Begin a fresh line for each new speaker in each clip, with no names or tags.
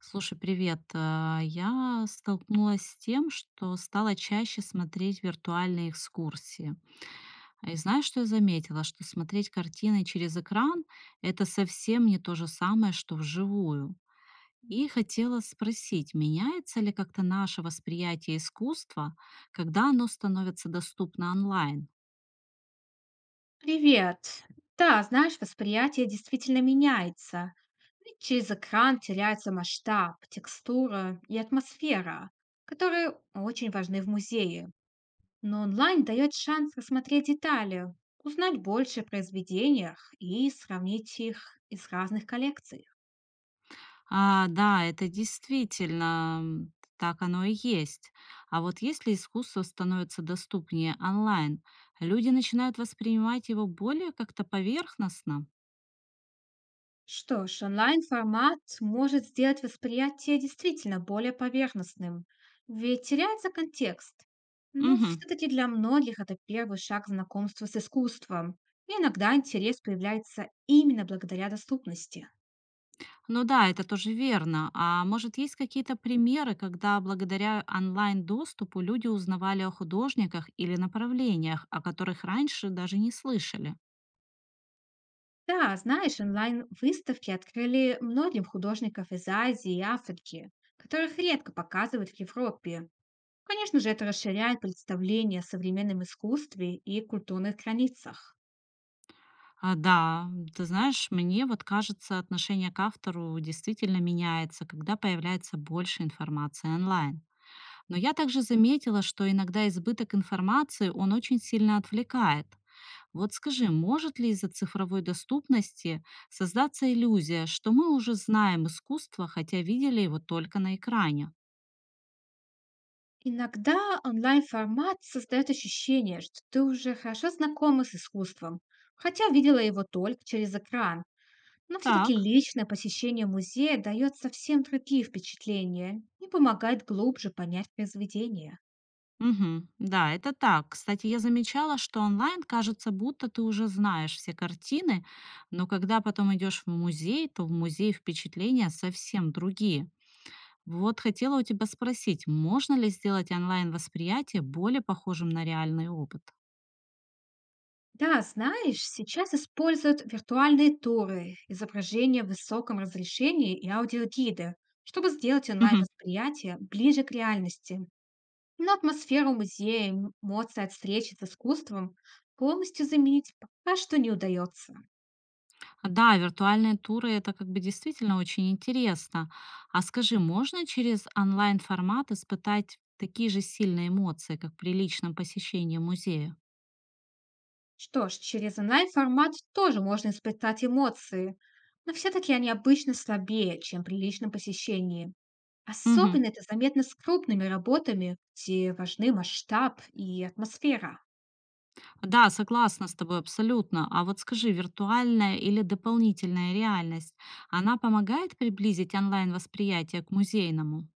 Слушай, привет. Я столкнулась с тем, что стала чаще смотреть виртуальные экскурсии. И знаешь, что я заметила? Что смотреть картины через экран — это совсем не то же самое, что вживую. И хотела спросить, меняется ли как-то наше восприятие искусства, когда оно становится доступно онлайн?
Привет. Да, знаешь, восприятие действительно меняется. Ведь через экран теряется масштаб, текстура и атмосфера, которые очень важны в музее. Но онлайн дает шанс рассмотреть детали, узнать больше о произведениях и сравнить их из разных коллекций.
А, да, это действительно, так оно и есть. А вот если искусство становится доступнее онлайн, люди начинают воспринимать его более как-то поверхностно.
Что ж, онлайн-формат может сделать восприятие действительно более поверхностным, ведь теряется контекст. Но
Мгм.
все-таки для многих это первый шаг знакомства с искусством. И иногда интерес появляется именно благодаря доступности.
Ну да, это тоже верно. А может, есть какие-то примеры, когда благодаря онлайн-доступу люди узнавали о художниках или направлениях, о которых раньше даже не слышали?
Да, знаешь, онлайн-выставки открыли многим художников из Азии и Африки, которых редко показывают в Европе. Конечно же, это расширяет представление о современном искусстве и культурных границах.
А, да, ты знаешь, мне вот кажется, отношение к автору действительно меняется, когда появляется больше информации онлайн. Но я также заметила, что иногда избыток информации, он очень сильно отвлекает. Вот скажи, может ли из-за цифровой доступности создаться иллюзия, что мы уже знаем искусство, хотя видели его только на экране?
Иногда онлайн-формат создает ощущение, что ты уже хорошо знакома с искусством, хотя видела его только через экран. Но все-таки
Так.
личное посещение музея дает совсем другие впечатления и помогает глубже понять произведение.
Мгм. Да, это так. Кстати, я замечала, что онлайн кажется, будто ты уже знаешь все картины, но когда потом идешь в музей, то в музее впечатления совсем другие. Вот хотела у тебя спросить, можно ли сделать онлайн-восприятие более похожим на реальный опыт?
Да, знаешь, сейчас используют виртуальные туры, изображения в высоком разрешении и аудиогиды, чтобы сделать
Мгм.
онлайн-восприятие ближе к реальности. Но атмосферу музея, эмоции от встречи с искусством полностью заменить пока что не удается.
Да, виртуальные туры это как бы действительно очень интересно. А скажи, можно через онлайн-формат испытать такие же сильные эмоции, как при личном посещении музея?
Что ж, через онлайн-формат тоже можно испытать эмоции, но все-таки они обычно слабее, чем при личном посещении.
Мгм.
Особенно это заметно с крупными работами, где важны масштаб и атмосфера.
Да, согласна с тобой абсолютно. А вот скажи, виртуальная или дополнительная реальность, она помогает приблизить онлайн-восприятие к музейному?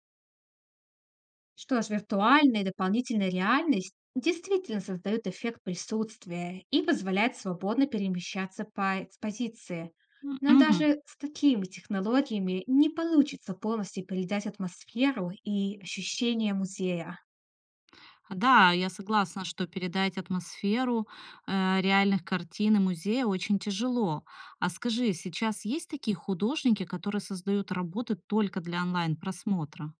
Что ж, виртуальная и дополнительная реальность действительно создают эффект присутствия и позволяет свободно перемещаться по экспозиции.
М,
Но
мгм.
даже с такими технологиями не получится полностью передать атмосферу и ощущение музея.
Да, я согласна, что передать атмосферу реальных картин и музея очень тяжело. А скажи, сейчас есть такие художники, которые создают работы только для онлайн-просмотра?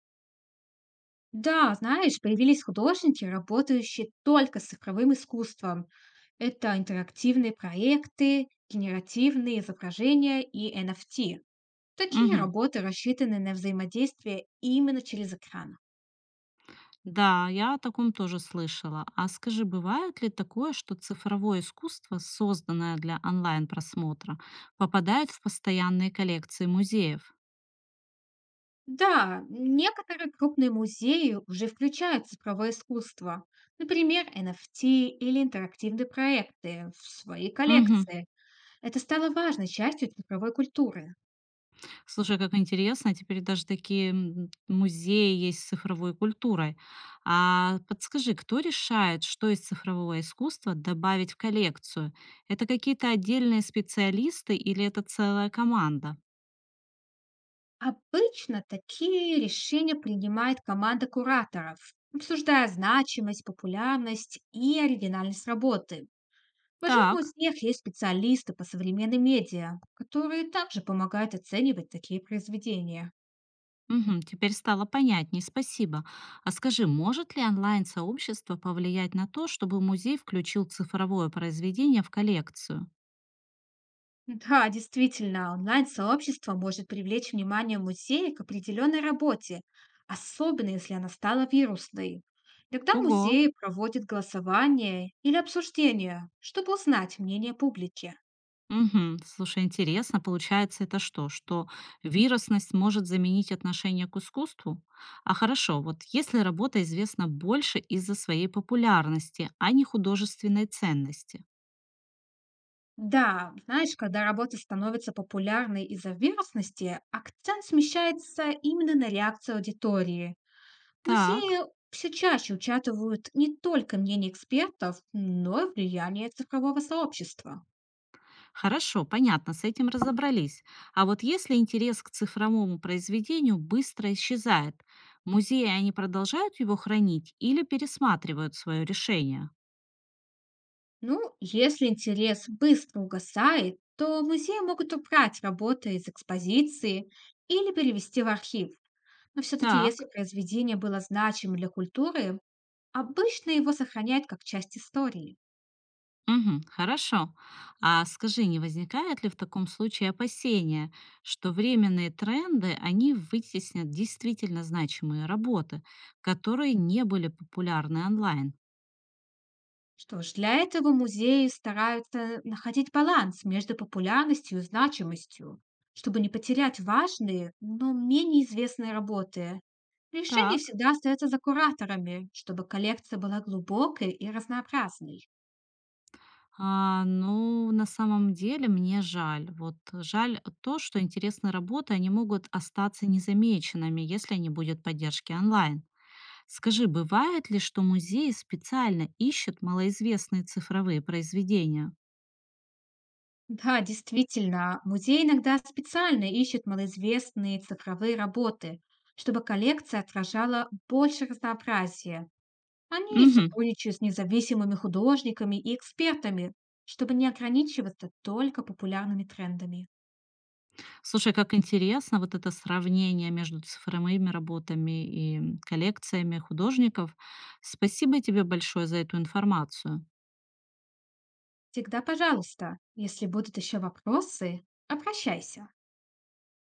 Да, знаешь, появились художники, работающие только с цифровым искусством. Это интерактивные проекты, генеративные изображения и NFT. Такие
Мгм.
работы рассчитаны на взаимодействие именно через экран.
Да, я о таком тоже слышала. А скажи, бывает ли такое, что цифровое искусство, созданное для онлайн-просмотра, попадает в постоянные коллекции музеев?
Да, некоторые крупные музеи уже включают цифровое искусство, например, NFT или интерактивные проекты в свои
Мгм.
коллекции. Это стало важной частью цифровой культуры.
Слушай, как интересно, теперь даже такие, музеи есть с цифровой культурой. А подскажи, кто решает, что из цифрового искусства добавить в коллекцию? Это какие-то отдельные специалисты или это целая команда?
Обычно такие решения принимает команда кураторов, обсуждая значимость, популярность и оригинальность работы. В больших
Так.
музеях есть специалисты по современной медиа, которые также помогают оценивать такие произведения.
Мгм. Теперь стало понятней, спасибо. А скажи, может ли онлайн-сообщество повлиять на то, чтобы музей включил цифровое произведение в коллекцию?
Да, действительно, онлайн-сообщество может привлечь внимание музея к определенной работе, особенно если она стала вирусной. Тогда
Ого!
музеи проводят голосование или обсуждение, чтобы узнать мнение публики.
Мгм. Слушай, интересно, получается это что? Что вирусность может заменить отношение к искусству? А хорошо, вот если работа известна больше из-за своей популярности, а не художественной ценности.
Да, знаешь, когда работа становится популярной из-за вирусности, акцент смещается именно на реакцию аудитории.
Так.
Музеи все чаще учитывают не только мнение экспертов, но и влияние цифрового сообщества.
Хорошо, понятно, с этим разобрались. А вот если интерес к цифровому произведению быстро исчезает, музеи они продолжают его хранить или пересматривают свое решение?
Ну, если интерес быстро угасает, то музеи могут убрать работы из экспозиции или перевести в архив. Но все-таки,
Так.
если произведение было значимым для культуры, обычно его сохраняют как часть истории.
Мгм, хорошо. А скажи, не возникает ли в таком случае опасения, что временные тренды, они вытеснят действительно значимые работы, которые не были популярны онлайн?
Что ж, для этого музеи стараются находить баланс между популярностью и значимостью, чтобы не потерять важные, но менее известные работы. Решение
Так.
всегда остается за кураторами, чтобы коллекция была глубокой и разнообразной.
А, ну, на самом деле мне жаль. Вот жаль то, что интересные работы, они могут остаться незамеченными, если не будет поддержки онлайн. Скажи, бывает ли, что музеи специально ищут малоизвестные цифровые произведения?
Да, действительно, музей иногда специально ищет малоизвестные цифровые работы, чтобы коллекция отражала больше разнообразия. Они
Мгм.
сотрудничают с независимыми художниками и экспертами, чтобы не ограничиваться только популярными трендами.
Слушай, как интересно вот это сравнение между цифровыми работами и коллекциями художников. Спасибо тебе большое за эту информацию.
Всегда пожалуйста, если будут еще вопросы, обращайся.